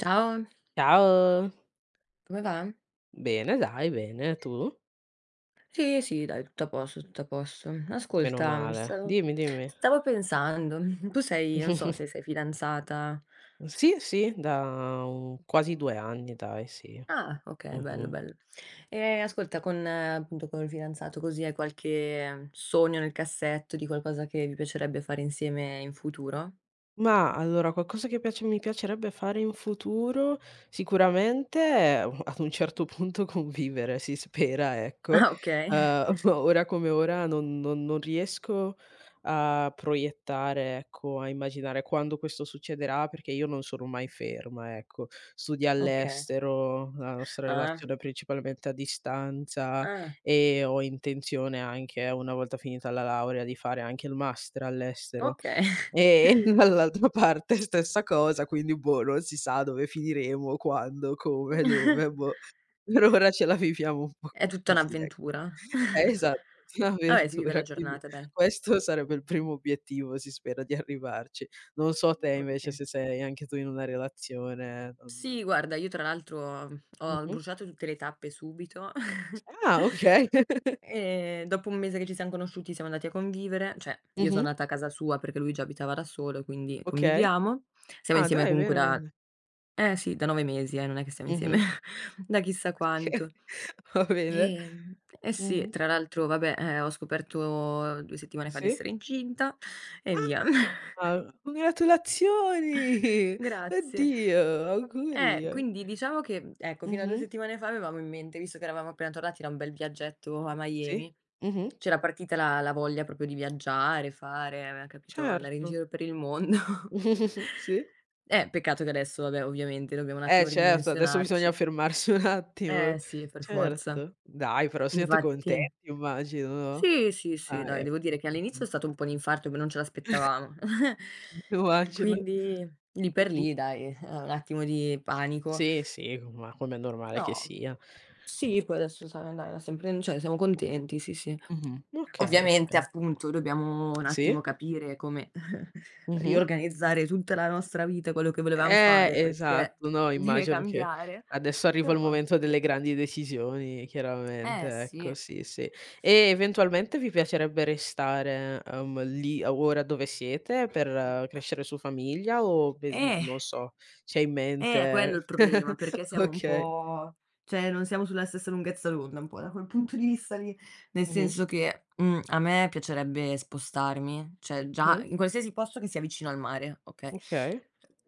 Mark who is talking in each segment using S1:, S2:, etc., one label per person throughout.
S1: Ciao,
S2: Ciao,
S1: come va?
S2: bene dai, bene, tu?
S1: Sì, sì, dai, tutto a posto, tutto a posto.
S2: Meno
S1: Ascolta,
S2: male.
S1: stavo,
S2: Dimmi, dimmi.
S1: stavo pensando, tu sei, non so se sei fidanzata.
S2: Sì, sì, da, quasi 2 anni dai, sì.
S1: Ah, ok, bello,
S2: Mh-mh.
S1: bello. E ascolta, con, appunto, con il fidanzato così hai qualche sogno nel cassetto di qualcosa che vi piacerebbe fare insieme in futuro?
S2: Ma allora qualcosa che piace mi piacerebbe fare in futuro, sicuramente è u ad un certo punto convivere, si spera ecco.
S1: Ah, ok,
S2: Ora come ora non riesco a proiettare, ecco, a immaginare quando questo succederà, perché io non sono mai ferma, ecco. Studio
S1: ok.
S2: all'estero, la nostra
S1: Ah,
S2: relazione è principalmente a distanza
S1: ah,
S2: e ho intenzione anche, una volta finita la laurea, di fare anche il master all'estero.
S1: ok.
S2: Ehm, dall'altra parte stessa cosa, quindi boh, non si sa dove finiremo, quando, come, dove, boh. Per ora ce la viviamo un po'
S1: È tutta
S2: così, ecco.
S1: un'avventura.
S2: Esatto,
S1: Vabbè, si vive la
S2: un'avventura, quindi
S1: giornata, dai.
S2: questo sarebbe il primo obiettivo, si spera di arrivarci. Non so te
S1: Ok.
S2: invece se sei anche tu in una relazione, non
S1: Sì, guarda, io tra l'altro, ho
S2: mh-mh.
S1: bruciato tutte le tappe subito.
S2: Ah, okay.
S1: Dopo un mese che ci siam conosciuti siamo andati a convivere, cioè io
S2: Mh-mh,
S1: sono andata a casa sua perché lui già abitava da solo, quindi
S2: okay.
S1: conviviamo. Siamo
S2: Ah
S1: insieme
S2: dai,
S1: comunque
S2: bene,
S1: da
S2: bene.
S1: eh sì, da 9 mesi, non è che stiamo insieme
S2: Mh-mh.
S1: da chissà quanto.
S2: Va bene.
S1: Sì,
S2: Mh-mh.
S1: tra l'altro vabbè, ho scoperto 2 settimane fa di
S2: Sì.
S1: essere incinta e
S2: Ah,
S1: via.
S2: Ah, congratulazioni!
S1: Grazie.
S2: Oddio, auguri.
S1: Quindi diciamo che, ecco, fino a 2
S2: Mh-mh.
S1: settimane fa avevamo in mente, visto che eravamo appena tornati da un bel viaggetto a
S2: Sì?
S1: Miami,
S2: Mh-mh.
S1: c'era partita la voglia proprio di viaggiare, fare, aveva capito, andare in
S2: Certo.
S1: giro per il mondo.
S2: Sì.
S1: Peccato che adesso, vabbè, ovviamente dobbiamo un
S2: Eh
S1: attimo
S2: certo, adesso bisogna
S1: ridimensionarci.
S2: fermarsi un attimo.
S1: Eh sì, per forza.
S2: Certo. Dai, però siete
S1: Infatti
S2: contenti immagino, no?
S1: sì, sì, sì,
S2: Ah,
S1: dai,
S2: ecco.
S1: devo dire che
S2: Mh-mh.
S1: all'inizio è stato un po' un infarto, che non ce l'aspettavamo.
S2: Immagino.
S1: Quindi lì per
S2: Mh-mh.
S1: lì, dai, un attimo di panico.
S2: Sì, sì, ma com'è normale che
S1: No.
S2: sia.
S1: Sì, poi adesso sai dai, la sempre cioè siamo contenti, sì, sì.
S2: Mh-mh. Okay,
S1: Ovviamente
S2: okay.
S1: appunto dobbiamo un attimo
S2: Sì?
S1: capire come
S2: Mh-mh.
S1: riorganizzare tutta la nostra vita, quello che volevam fare, perché
S2: Esatto. No,
S1: deve
S2: immagino che
S1: cambiare,
S2: adesso arriva il
S1: però
S2: momento delle grandi decisioni
S1: eh
S2: chiaramente,
S1: sì,
S2: ecco, sì, sì. E eventualmente vi piacerebbe restare, lì ora dove siete per crescere su famiglia o pe
S1: eh.
S2: non so, c'è in
S1: È quello
S2: mente
S1: il problema, perché siamo un
S2: okay.
S1: po' cioè non siamo sulla stessa lunghezza d'onda un po' da quel punto di vista lì, nel
S2: Mh-mh,
S1: senso che, a me piacerebbe spostarmi, cioè già
S2: mh-mh,
S1: in qualsiasi posto che sia vicino al mare, okay,
S2: okay.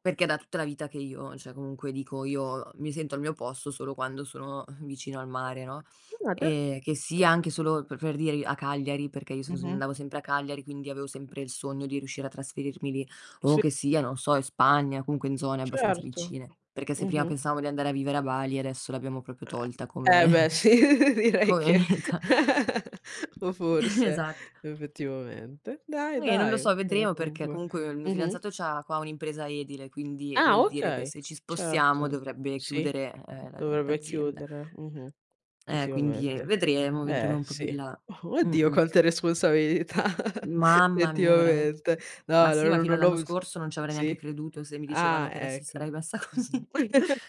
S1: perché è da tutta la vita che io cioè comunque dico io mi sento al mio posto solo quando sono vicino al mare, no,
S2: Ah, certo.
S1: che sia anche solo per dire a Cagliari, perché io son s
S2: Mh-mh.
S1: andavo sempre a Cagliari, quindi avevo sempre il sogno di riuscire a trasferirmi lì. O
S2: Sì,
S1: che sia, non so, in Spagna, comunque in zone abbastanza
S2: certo.
S1: vicine. Perché se prima
S2: Mh-mh.
S1: pensavamo di andare a vivere a Bali, adesso l'abbiamo proprio tolta come
S2: Eh beh sì, direi
S1: come
S2: che
S1: meta.
S2: forse
S1: Esatto.
S2: effettivamente. Dai,
S1: Non lo
S2: dai,
S1: so,
S2: era
S1: vedremo perché
S2: comunque
S1: comunque il mio
S2: mh-mh.
S1: fidanzato c'ha qua un'impresa edile, quindi
S2: Ah
S1: vuol dire che
S2: okay,
S1: se ci spostiamo
S2: certo.
S1: dovrebbe
S2: Sì,
S1: chiudere, la
S2: dovrebbe
S1: l'azienda.
S2: chiudere, mh-mh,
S1: Quindi,
S2: effettivamente.
S1: vedremo, vedremo
S2: Eh
S1: un po' più in
S2: sì.
S1: là.
S2: Oh, Oddio
S1: Mh-mh.
S2: quante responsabilità.
S1: Mamma mia, veramente.
S2: Effettivamente. No,
S1: Ma sì, ma
S2: allora
S1: fino
S2: non
S1: all'anno
S2: ho s
S1: scorso non ci avrei neanche
S2: sì?
S1: creduto se mi
S2: Ah
S1: dicevano che adesso
S2: ecco.
S1: sarei messa così.
S2: Mh-mh.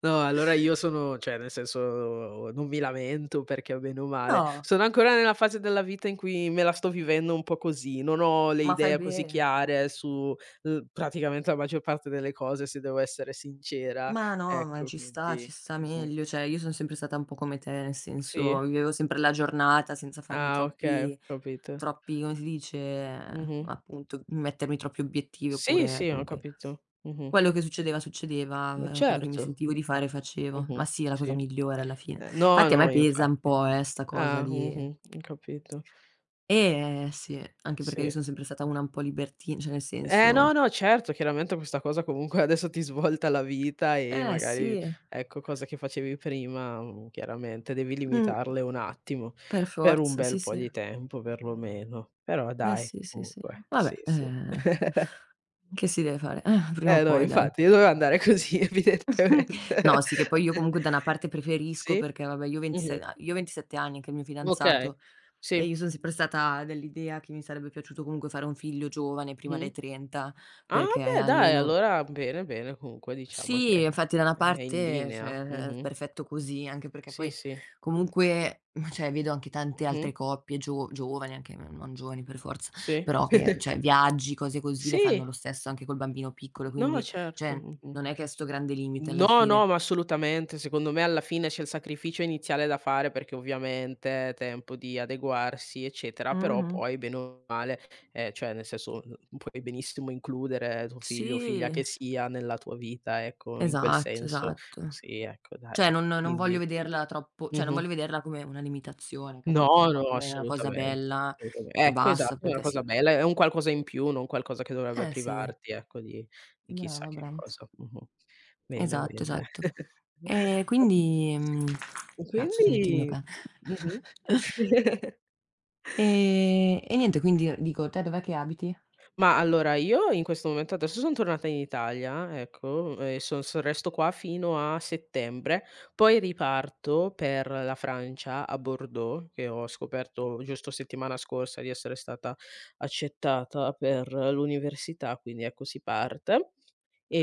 S2: No, allora io sono cioè nel senso non mi lamento perché bene o male
S1: No,
S2: sono ancora nella fase della vita in cui me la sto vivendo un po' così, non ho le
S1: ma fai
S2: idee così
S1: bene.
S2: chiare su, praticamente la maggior parte delle cose se devo essere sincera,
S1: Ma no, ma
S2: ecco
S1: ci
S2: quindi
S1: sta
S2: mh-mh.
S1: meglio. Cioè, io son sempre stata un po' come te, nel
S2: Sì?
S1: senso, vivevo sempre la giornata senza farmi
S2: Ah okay, ho
S1: troppi
S2: capito.
S1: come si dice,
S2: Mh-mh.
S1: appunto, mettermi troppi obiettivi,
S2: Sì,
S1: oppure
S2: sì, ho
S1: comunque
S2: capito. Mh-mh.
S1: quello che succedeva, succedeva,
S2: Ma
S1: quello che mi
S2: certo.
S1: sentivo di fare, facevo. Ma
S2: Mh-mh.
S1: sì, è la
S2: Sì.
S1: cosa migliore alla fine.
S2: No,
S1: Infatti a
S2: no
S1: me pesa un
S2: infatti.
S1: po', 'sta cosa
S2: Ah,
S1: lì.
S2: mh-mh, ho capito.
S1: Sì, anche perché io
S2: Sì.
S1: son sempre stata una un po' libertin cioè nel
S2: Eh no,
S1: senso
S2: no, certo, chiaramente questa cosa comunque adesso ti svolta la vita e
S1: eh
S2: magari,
S1: sì,
S2: ecco, cose che facevi prima, chiaramente devi
S1: mh,
S2: limitarle un attimo,
S1: per
S2: per un
S1: forza,
S2: bel
S1: sì,
S2: po'
S1: sì.
S2: di tempo perlomeno. Però
S1: Eh
S2: dai,
S1: sì, sì, sì.
S2: comunque,
S1: Vabbè,
S2: sì, sì.
S1: che si deve fare? Prima o
S2: Eh no,
S1: poi dai.
S2: infatti, doveva andare così
S1: No,
S2: evidentemente.
S1: sì, che poi io comunque da una parte preferisco
S2: Sì?
S1: perché vabbè io ho
S2: Mh-mh.
S1: 26 a io ho 27 anni, anche il mio
S2: Okay.
S1: fidanzato, e
S2: Sì.
S1: io son sempre stata dell'idea che mi sarebbe piaciuto comunque fare un figlio giovane prima
S2: Mh-mh.
S1: dei 30,
S2: Ah
S1: perché
S2: beh dai,
S1: almeno.
S2: allora bene, bene, comunque diciamo
S1: Sì,
S2: che
S1: infatti da una
S2: è in
S1: parte,
S2: linea.
S1: cioè, è
S2: Mh-mh.
S1: perfetto così, anche perché
S2: Sì,
S1: poi
S2: sì.
S1: comunque, cioè, vedo anche tante
S2: Mh-mh.
S1: altre coppie gio giovani, anche n non giovani per forza,
S2: Sì.
S1: però che cioè, viaggi, cose così, le fanno
S2: Sì.
S1: lo stesso anche col bambino piccolo,
S2: No,
S1: quindi,
S2: certo.
S1: cioè,
S2: Mh-mh.
S1: non è che è 'sto grande limite alla
S2: No, no,
S1: fine.
S2: ma assolutamente. Secondo me alla fine c'è il sacrificio iniziale da fare perché ovviamente è tempo di adeguarsi, eccetera, però
S1: Mh-mh.
S2: poi bene o male, cioè nel senso, puoi benissimo includere tuo figlio o figlia
S1: Sì,
S2: che sia nella tua vita, ecco, in quel
S1: esatto,
S2: senso.
S1: esatto.
S2: Sì, ecco dai.
S1: Cioè, non non voglio
S2: Quindi
S1: vederla troppo cioè, non
S2: mh-mh.
S1: voglio vederla come una limitazione,
S2: No,
S1: capito, ma
S2: no,
S1: come una cosa
S2: assolutamente,
S1: bella
S2: assolutame
S1: e
S2: ecco, esatto,
S1: basta,
S2: è una
S1: perché
S2: cosa
S1: sì.
S2: bella, è un qualcosa in più, non qualcosa che dovrebbe
S1: Eh sì,
S2: privarti, ecco, di chissà
S1: brava,
S2: che
S1: brava.
S2: cosa. Mh-mh. Bene,
S1: Esatto,
S2: bene.
S1: esatto. E quindi,
S2: Sì,
S1: cazzo senti il mio
S2: quindi
S1: cane.
S2: mh-mh.
S1: E niente quindi dico: "Te dov'è che abiti?"
S2: Ma allora io in questo momento adesso son tornata in Italia, ecco, e son so resto qua fino a settembre, poi riparto per la Francia, a Bordeaux, che ho scoperto giusto settimana scorsa di essere stata accettata per l'università, quindi ecco si parte.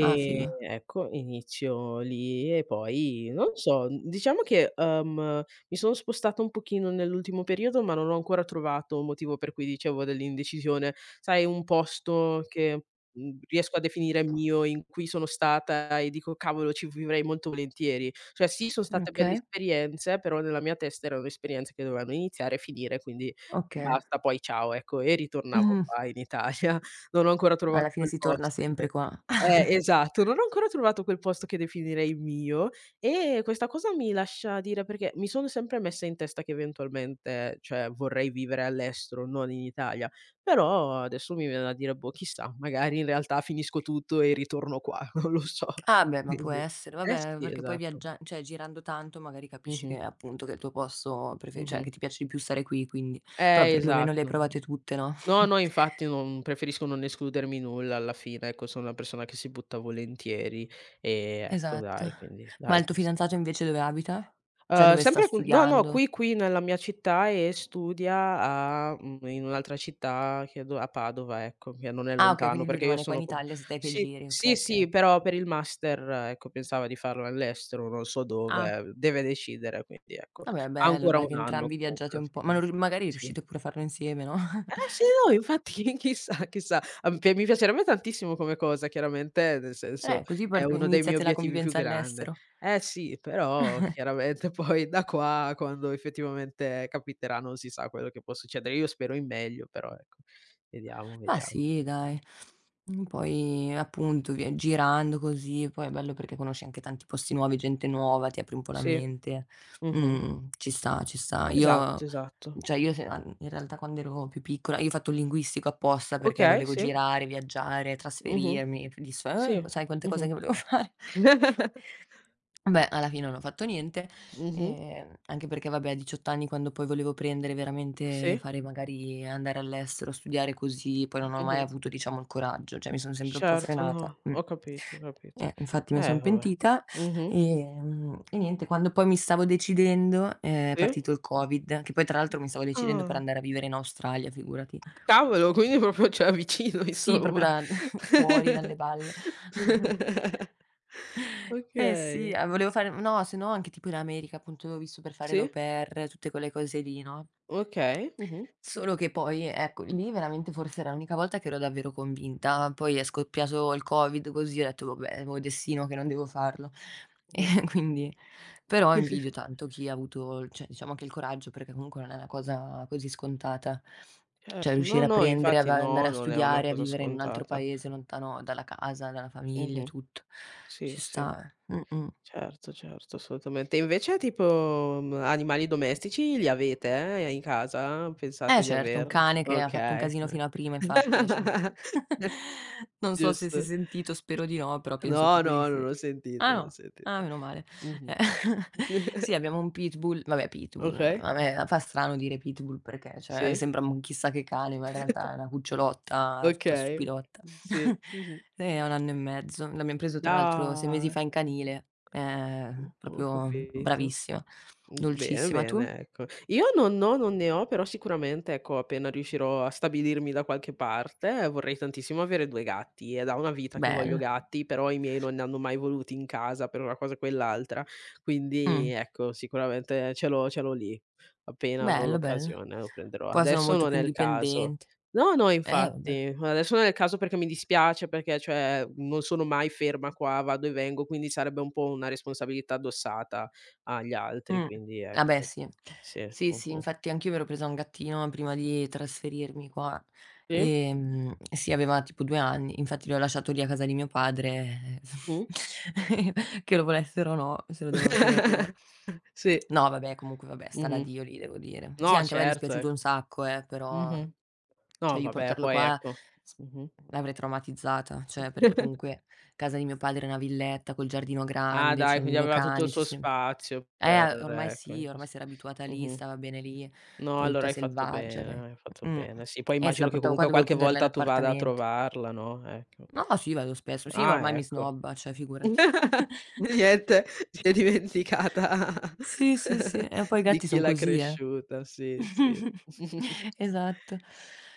S1: "Ah, figo."
S2: Ecco, inizio lì e poi non so, diciamo che, mi sono spostata un pochino nell'ultimo periodo, ma non ho ancora trovato un motivo per cui dicevo dell'indecisione. Sai un posto che, riesco a definire mio, in cui sono stata e dico: "Cavolo, ci vivrei molto volentieri". Cioè sì, son state belle
S1: "Okay,
S2: esperienze, però nella mia testa erano esperienze che dovevano iniziare e finire, quindi
S1: okay."
S2: basta, poi ciao, ecco, e ritornavo
S1: Mh-mh.
S2: qua in Italia. Non ho ancora trovato
S1: Alla fine
S2: quel
S1: si torna
S2: posto
S1: sempre
S2: che
S1: qua.
S2: esatto, non ho ancora trovato quel posto che definirei mio e questa cosa mi lascia dire perché mi sono sempre messa in testa che eventualmente, cioè, vorrei vivere all'estero, non in Italia, però adesso mi viene da dire: "Boh, chissà, magari in realtà finisco tutto e ritorno qua", non lo so.
S1: Ah beh, ma può
S2: Quindi
S1: essere,
S2: eh
S1: vabbè,
S2: sì,
S1: perché poi
S2: esatto.
S1: viaggia cioè girando tanto magari capisci
S2: Mh-mh,
S1: che appunto che il tuo posto prefe cioè
S2: mh-mh.
S1: che ti piace di più stare qui, quindi però perlomeno le hai
S2: Esatto.
S1: provate tutte, no?
S2: No, no, infatti non preferisco non escludermi nulla alla fine, ecco, sono una persona che si butta volentieri e ecco
S1: Esatto.
S2: dai, quindi
S1: Ma
S2: dai
S1: il tuo
S2: ques
S1: fidanzato invece dove abita? Cioè dove sta
S2: Sempre appu no, no,
S1: studiando?
S2: qui nella mia città e studia a in un'altra città che do a Padova, ecco, che non è
S1: Ah okay,
S2: lontano
S1: quindi lui
S2: perché io
S1: rimane qua in
S2: sono com
S1: Italia, sei te che
S2: sì,
S1: giri, okay,
S2: sì, sì,
S1: okay.
S2: però per il master, ecco, pensava di farlo all'estero, non so
S1: Ah,
S2: dove, deve decidere, quindi ecco.
S1: vabbè
S2: Ha
S1: bello
S2: ancora
S1: dai che
S2: 1 anno
S1: entrambi
S2: comunque
S1: viaggiate
S2: alla
S1: un po', ma
S2: fine.
S1: non ri magari
S2: Sì.
S1: riuscite pure a farlo insieme, no,
S2: Eh sì, no, infatti chissà, chissà. A m p mi piacerebbe tantissimo come cosa chiaramente, nel senso
S1: così
S2: è
S1: part
S2: uno dei miei
S1: iniziate la
S2: obiettivi più
S1: convivenza
S2: grande.
S1: all'estero.
S2: Eh sì, però chiaramente poi da qua a quando effettivamente capiterà non si sa quello che può succedere. Io spero in meglio, però ecco, vediamo,
S1: Ma
S2: vediamo.
S1: sì dai, poi appunto via girando così, poi è bello perché conosci anche tanti posti nuovi, gente nuova, ti apri un po' la
S2: Sì,
S1: mente.
S2: mh-mh.
S1: Ci sta, ci sta.
S2: Esatto,
S1: Io
S2: esatto.
S1: cioè io se an in realtà quando ero più piccola io ho fatto il linguistico apposta perché
S2: Okay,
S1: volevo
S2: sì.
S1: girare, viaggiare,
S2: Mh-mh.
S1: trasferirmi, e f di s
S2: Sì,
S1: sai quante cose
S2: mh-mh.
S1: che volevo fare. Beh, alla fine non ho fatto niente,
S2: Mh-mh.
S1: anche perché vabbè a 18 anni quando poi volevo prendere veramente
S2: Sì,
S1: fare magari andare all'estero, studiare così, poi non ho mai
S2: mh-mh.
S1: avuto diciamo il coraggio, cioè mi son sempre un po'
S2: Certo,
S1: frenata.
S2: no,
S1: Mh.
S2: ho capito, ho capito.
S1: Infatti me son
S2: Vabbè.
S1: pentita,
S2: Mh-mh,
S1: e niente quando poi mi stavo decidendo, è
S2: sì.
S1: partito il Covid, che poi tra l'altro mi stavo decidendo per
S2: Ah,
S1: andare a vivere in Australia, figurati.
S2: cavolo, quindi proprio cioè vicino
S1: Sì, proprio
S2: insomma.
S1: da fuori dalle balle. Eh sì,
S2: Okay.
S1: volevo fare no, se no anche tipo in America appunto avevo visto per fare l'au
S2: Sì,
S1: pair, tutte quelle cose lì, no?
S2: okay, mh-mh,
S1: Solo che poi, ecco, lì veramente forse era l'unica volta che ero davvero convinta, poi è scoppiato il Covid così, ho detto: "Vabbè, è mio destino che non devo farlo".
S2: mh-mh.
S1: E quindi però invidio tanto chi ha avuto cioè diciamo anche il coraggio, perché comunque non è una cosa così scontata. Cioè
S2: Certo, no,
S1: riuscire a
S2: no,
S1: prendere, ad
S2: infatti no,
S1: andare a
S2: non è una
S1: studiare, a
S2: cosa
S1: vivere in un altro
S2: scontata.
S1: paese lontano dalla casa, dalla famiglia,
S2: Mh-mh,
S1: tutto.
S2: sì,
S1: Ci
S2: sì.
S1: sta, eh. Mh-mh.
S2: Certo, certo, assolutamente. E invece tipo, animali domestici li avete, in casa?
S1: Eh
S2: Pensate di
S1: certo, un
S2: averne?
S1: cane che ha fatto un
S2: Okay,
S1: casino fino
S2: eh.
S1: a prima infatti, lasciam pe non so se si è
S2: Giusto.
S1: sentito, spero di no, però penso
S2: No,
S1: proprio di
S2: no, non
S1: sì.
S2: ho sentito,
S1: Ah
S2: non ho
S1: no? Ah
S2: sentito.
S1: meno male.
S2: Mh-mh.
S1: Eh. Sì, abbiamo un pitbull vabbè pitbull,
S2: Okay,
S1: a me fa strano dire pitbull perché, cioè,
S2: sì,
S1: sembra un chissà che cane, ma in realtà è una cucciolotta tutta
S2: okay,
S1: stupidotta.
S2: sì, mh-mh.
S1: Lei ha 1 anno e mezzo, l'abbiam preso tra l'altro 6 mesi
S2: Dai,
S1: fa in canile,
S2: ho ho
S1: proprio
S2: capito.
S1: bravissima,
S2: Bene,
S1: dolcissima. Tu?
S2: bene, ecco. Io non ho non ne ho, però sicuramente, ecco, appena riuscirò a stabilirmi da qualche parte, vorrei tantissimo avere 2 gatti. È da una vita che voglio
S1: Bella.
S2: gatti, però i miei non ne hanno mai voluti in casa per una cosa o quell'altra. Quindi,
S1: Mh.
S2: ecco, sicuramente ce l'ho lì. Appena avrò
S1: Bella, bella.
S2: l'occasione lo prenderò.
S1: Poi sono
S2: Adesso
S1: molto
S2: non
S1: più
S2: è il caso.
S1: indipendenti.
S2: No, no,
S1: Vabbè.
S2: infatti. Adesso non è il caso perché mi dispiace, perché, cioè, non sono mai ferma qua, vado e vengo, quindi sarebbe un po' una responsabilità addossata. Agli altri,
S1: Mh.
S2: quindi
S1: Ah beh
S2: ecco.
S1: sì.
S2: Sì,
S1: Sì, sì,
S2: mh-mh.
S1: infatti anch'io mi ero presa un gattino prima di trasferirmi qua,
S2: Sì,
S1: sì aveva tipo 2 anni, infatti l'ho lasciato lì a casa di mio padre,
S2: mh-mh.
S1: che lo volessero o no, se lo devono tener loro.
S2: Sì.
S1: No vabbè, comunque vabbè, sta da
S2: Mh-mh.
S1: Dio lì devo dire. Sì,
S2: No,
S1: anche a me è
S2: certo,
S1: dispiaciuto
S2: ecco.
S1: un sacco però
S2: Mh-mh. No,
S1: cioè io
S2: vabbè,
S1: portarlo
S2: poi
S1: qua
S2: ecco.
S1: s
S2: Mh-mh.
S1: l'avrei traumatizzata, cioè perché comunque casa di mio padre è una villetta col giardino
S2: Ah,
S1: grande,
S2: dai,
S1: c'è il
S2: quindi
S1: mio
S2: aveva tutto il
S1: cane, ci
S2: suo
S1: sono
S2: spazio per
S1: ormai
S2: ecco,
S1: sì,
S2: sì,
S1: ormai
S2: sì.
S1: si era abituata lì,
S2: Mh-mh.
S1: stava bene lì,
S2: No,
S1: poi
S2: allora
S1: tutta
S2: hai fatto
S1: selvaggia lei.
S2: bene, hai fatto
S1: Mh.
S2: bene. Sì, poi
S1: Se
S2: immagino
S1: la
S2: che
S1: portavo qua
S2: comunque
S1: dovevo
S2: qualche
S1: chiuderla in
S2: volta tu vada a
S1: appartamento.
S2: trovarla, no, ecco.
S1: No, sì, vado spesso. Sì, ma
S2: Ah,
S1: ormai mi
S2: ecco.
S1: snobba, cioè figurati.
S2: Niente, si è dimenticata
S1: Sì, sì, sì. E poi i
S2: di
S1: gatti
S2: chi
S1: son
S2: l'ha
S1: così, eh.
S2: cresciuta, sì, sì.
S1: Esatto.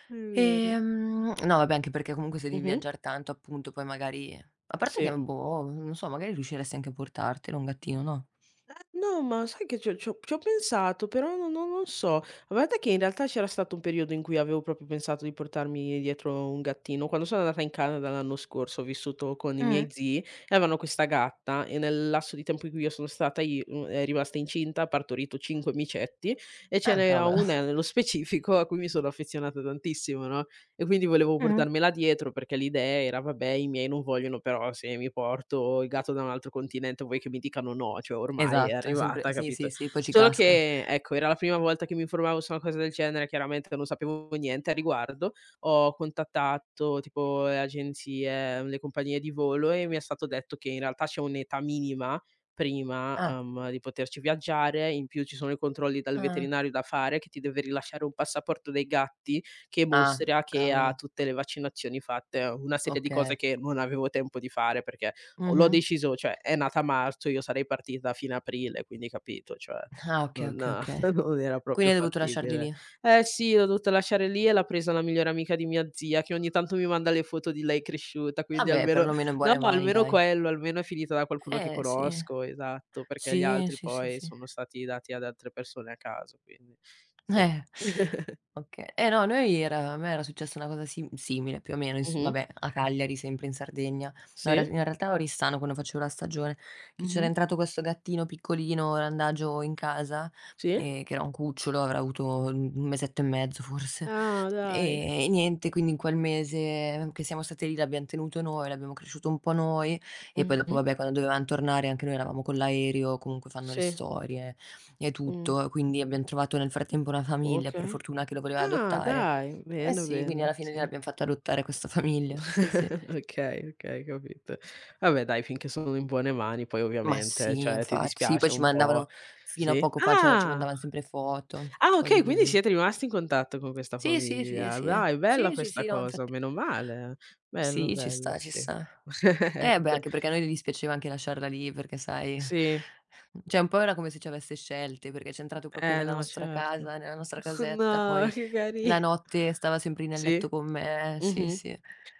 S2: È vero.
S1: No vabbè, anche perché comunque se devi
S2: Mh-mh.
S1: viaggiar tanto appunto, poi magari a parte
S2: Sì.
S1: che, boh, non so, magari riusciresti anche a portartelo un gattino, no?
S2: No, ma sai che ci ho pensato, però no non so. A parte che in realtà c'era stato un periodo in cui avevo proprio pensato di portarmi dietro un gattino. Quando sono andata in Canada l'anno scorso, ho vissuto con i miei
S1: Mh.
S2: zii e avevano questa gatta e nel lasso di tempo in cui io sono stata i è rimasta incinta, ha partorito 5 micetti e ce
S1: Ah,
S2: n'era
S1: cavolo.
S2: una nello specifico a cui mi sono affezionata tantissimo, no, e quindi volevo
S1: Mh.
S2: portarmela dietro perché l'idea era: "Vabbè, i miei non vogliono, però se mi porto il gatto da un altro continente vuoi che mi dicano no, cioè ormai è
S1: Esatto, è sempre
S2: arrivata",
S1: sì,
S2: capito?
S1: sì, sì, poi ci
S2: Solo
S1: cascano.
S2: che, ecco, era la prima volta che mi informavo su una cosa del genere, chiaramente non sapevo niente a riguardo. Ho contattato tipo le agenzie, le compagnie di volo e mi è stato detto che in realtà c'è un'età minima prima,
S1: Ah,
S2: di poterci viaggiare, in più ci sono i controlli dal
S1: ah,
S2: veterinario da fare che ti deve rilasciare un passaporto dei gatti che
S1: ah,
S2: mostra che ha
S1: cavolo,
S2: tutte le vaccinazioni fatte, una serie di cose
S1: okay.
S2: che non avevo tempo di fare perché o l'ho
S1: Mh-mh.
S2: deciso cioè è nata a marzo, io sarei partita a fine aprile, quindi capito, cioè
S1: Ah, okay,
S2: non
S1: okay, okay.
S2: non era
S1: Quindi
S2: proprio
S1: hai dovuto lasciarli
S2: fattibile.
S1: lì.
S2: Eh sì, l'ho dovuta lasciare lì e l'ha presa la migliore amica di mia zia, che ogni tanto mi manda le foto di lei cresciuta, quindi
S1: Vabbè,
S2: almeno
S1: perlomeno in
S2: no,
S1: buone mani
S2: almeno
S1: dai.
S2: quello, almeno è finita da qualcuno che
S1: Eh sì.
S2: conosco, esatto, perché gli
S1: Sì,
S2: altri
S1: sì, sì,
S2: poi
S1: sì.
S2: sono stati dati ad altre persone a caso, quindi sì.
S1: Eh, oka eh no, noi era a me era successa una cosa sim simile più o meno, ins
S2: Mh-mh.
S1: vabbè a Cagliari, sempre in Sardegna. No, in rea
S2: Sì.
S1: in realtà a Oristano quando facevo la stagione, che c'era
S2: Mh-mh.
S1: entrato questo gattino piccolino randagio in casa,
S2: Sì?
S1: che era un cucciolo, avrà avuto un mesetto e mezzo forse.
S2: Ah, dai.
S1: E niente, quindi in quel mese che siamo state lì l'abbiam tenuto noi, l'abbiamo cresciuto un po' noi e poi dopo
S2: Mh-mh.
S1: vabbè quando dovevam tornare anche noi eravamo con l'aereo, comunque fanno le
S2: Sì,
S1: storie. E
S2: mh,
S1: tutto, quindi abbiam trovato nel frattempo una famiglia, per
S2: okay.
S1: fortuna, che lo voleva
S2: Ah,
S1: adottare.
S2: dai,
S1: Eh
S2: bene,
S1: sì, quindi alla
S2: bene,
S1: fine
S2: sì.
S1: gliel'abbiam fatto adottare questa famiglia, sì, sì.
S2: Okay, okay, capito. Vabbè dai, finché sono in buone mani poi
S1: Ma
S2: ovviamente,
S1: sì,
S2: cioè ti
S1: infatti, sì, poi
S2: dispiace
S1: ci
S2: un po'
S1: mandavano fino a
S2: sì?
S1: poco fa, cioè ci
S2: Ah!
S1: mandavan sempre foto,
S2: Ah,
S1: cose
S2: okay, quindi
S1: così.
S2: siete rimasti in contatto con questa
S1: Sì, sì, sì,
S2: famiglia.
S1: sì.
S2: Dai, bella
S1: Sì, sì,
S2: questa
S1: sì, no,
S2: cosa,
S1: infatti.
S2: meno male. Bello,
S1: Sì, ci
S2: bello,
S1: sta, ci
S2: sì.
S1: sta. Eh beh,
S2: Ecco.
S1: anche perché a noi dispiaceva anche lasciarla lì, perché sai,
S2: Sì.
S1: cioè un po' era come se ci avesse scelte, perché c'è entrato proprio nella
S2: No,
S1: nostra
S2: certo.
S1: casa, nella nostra casetta,
S2: No,
S1: poi
S2: che
S1: la
S2: cari.
S1: notte stava sempre lì nel
S2: Sì,
S1: letto con me, sì,
S2: mh-mh.
S1: sì.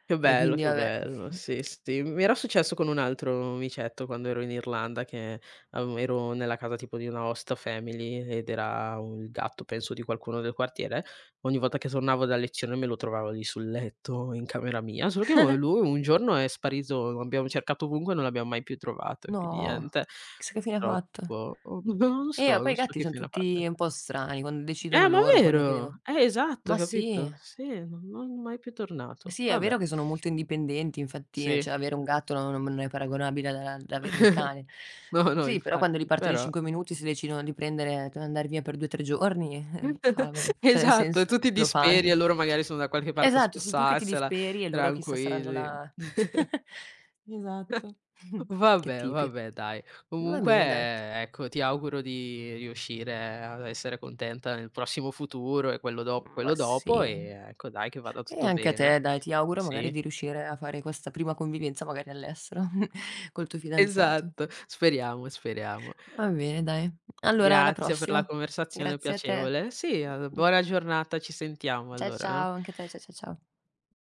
S2: Che
S1: E
S2: bello,
S1: quindi
S2: che
S1: vabbè,
S2: bello. Sì, sì. Mi era successo con un altro micetto quando ero in Irlanda che avev ero nella casa tipo di una host family ed era un il gatto penso di qualcuno del quartiere. Ogni volta che tornavo da lezione me lo trovavo lì sul letto in camera mia, solo che u lui un giorno è sparito, lo abbiamo cercato ovunque e non l'abbiamo mai più trovato, e quindi
S1: no,
S2: niente.
S1: chissà che fine ha fatto.
S2: Purtroppo non so,
S1: Poi
S2: non
S1: i
S2: so
S1: gatti
S2: che
S1: son
S2: fine ha fatto.
S1: tutti un po' strani, quando decidono
S2: Ma
S1: loro quello che
S2: vero!
S1: devono
S2: Esatto,
S1: ma sì.
S2: capito? Sì, non mai più tornato.
S1: Sì, è
S2: Vabbè,
S1: vero che sono molto indipendenti, infatti,
S2: sì.
S1: cioè avere un gatto no non è paragonabile a ad avere un cane.
S2: No, no,
S1: Sì, però quando li
S2: infatti,
S1: partono in
S2: però
S1: 5 minuti, se decidono di prendere d andar via per 2, 3 giorni, cavoli, cioè nel
S2: esatto, e
S1: senso,
S2: tu ti
S1: lo
S2: disperi, e
S1: fanno.
S2: loro magari sono da qualche parte a
S1: Esatto, sì, tu che ti
S2: spessarsela,
S1: disperi e loro chissà saranno
S2: tranquilli.
S1: là esatto. Che
S2: Vabbè,
S1: tipi.
S2: vabbè, dai.
S1: Va
S2: Comunque,
S1: bene dai,
S2: ecco, ti auguro di riuscire ad essere contenta nel prossimo futuro, e quello
S1: ma sì.
S2: dopo, e ecco dai, che vada
S1: E
S2: tutto
S1: anche a
S2: bene.
S1: te dai, ti auguro magari
S2: Sì,
S1: di riuscire a fare questa prima convivenza magari all'estero col tuo fidanzato.
S2: esatto, speriamo, speriamo.
S1: Va bene dai. Allora alla
S2: Grazie per la
S1: prossima.
S2: conversazione
S1: Grazie a te.
S2: piacevole. Sì,
S1: Mh.
S2: buona giornata, ci sentiamo
S1: Ciao,
S2: allora, eh.
S1: ciao, anche a te. Cia cia ciao.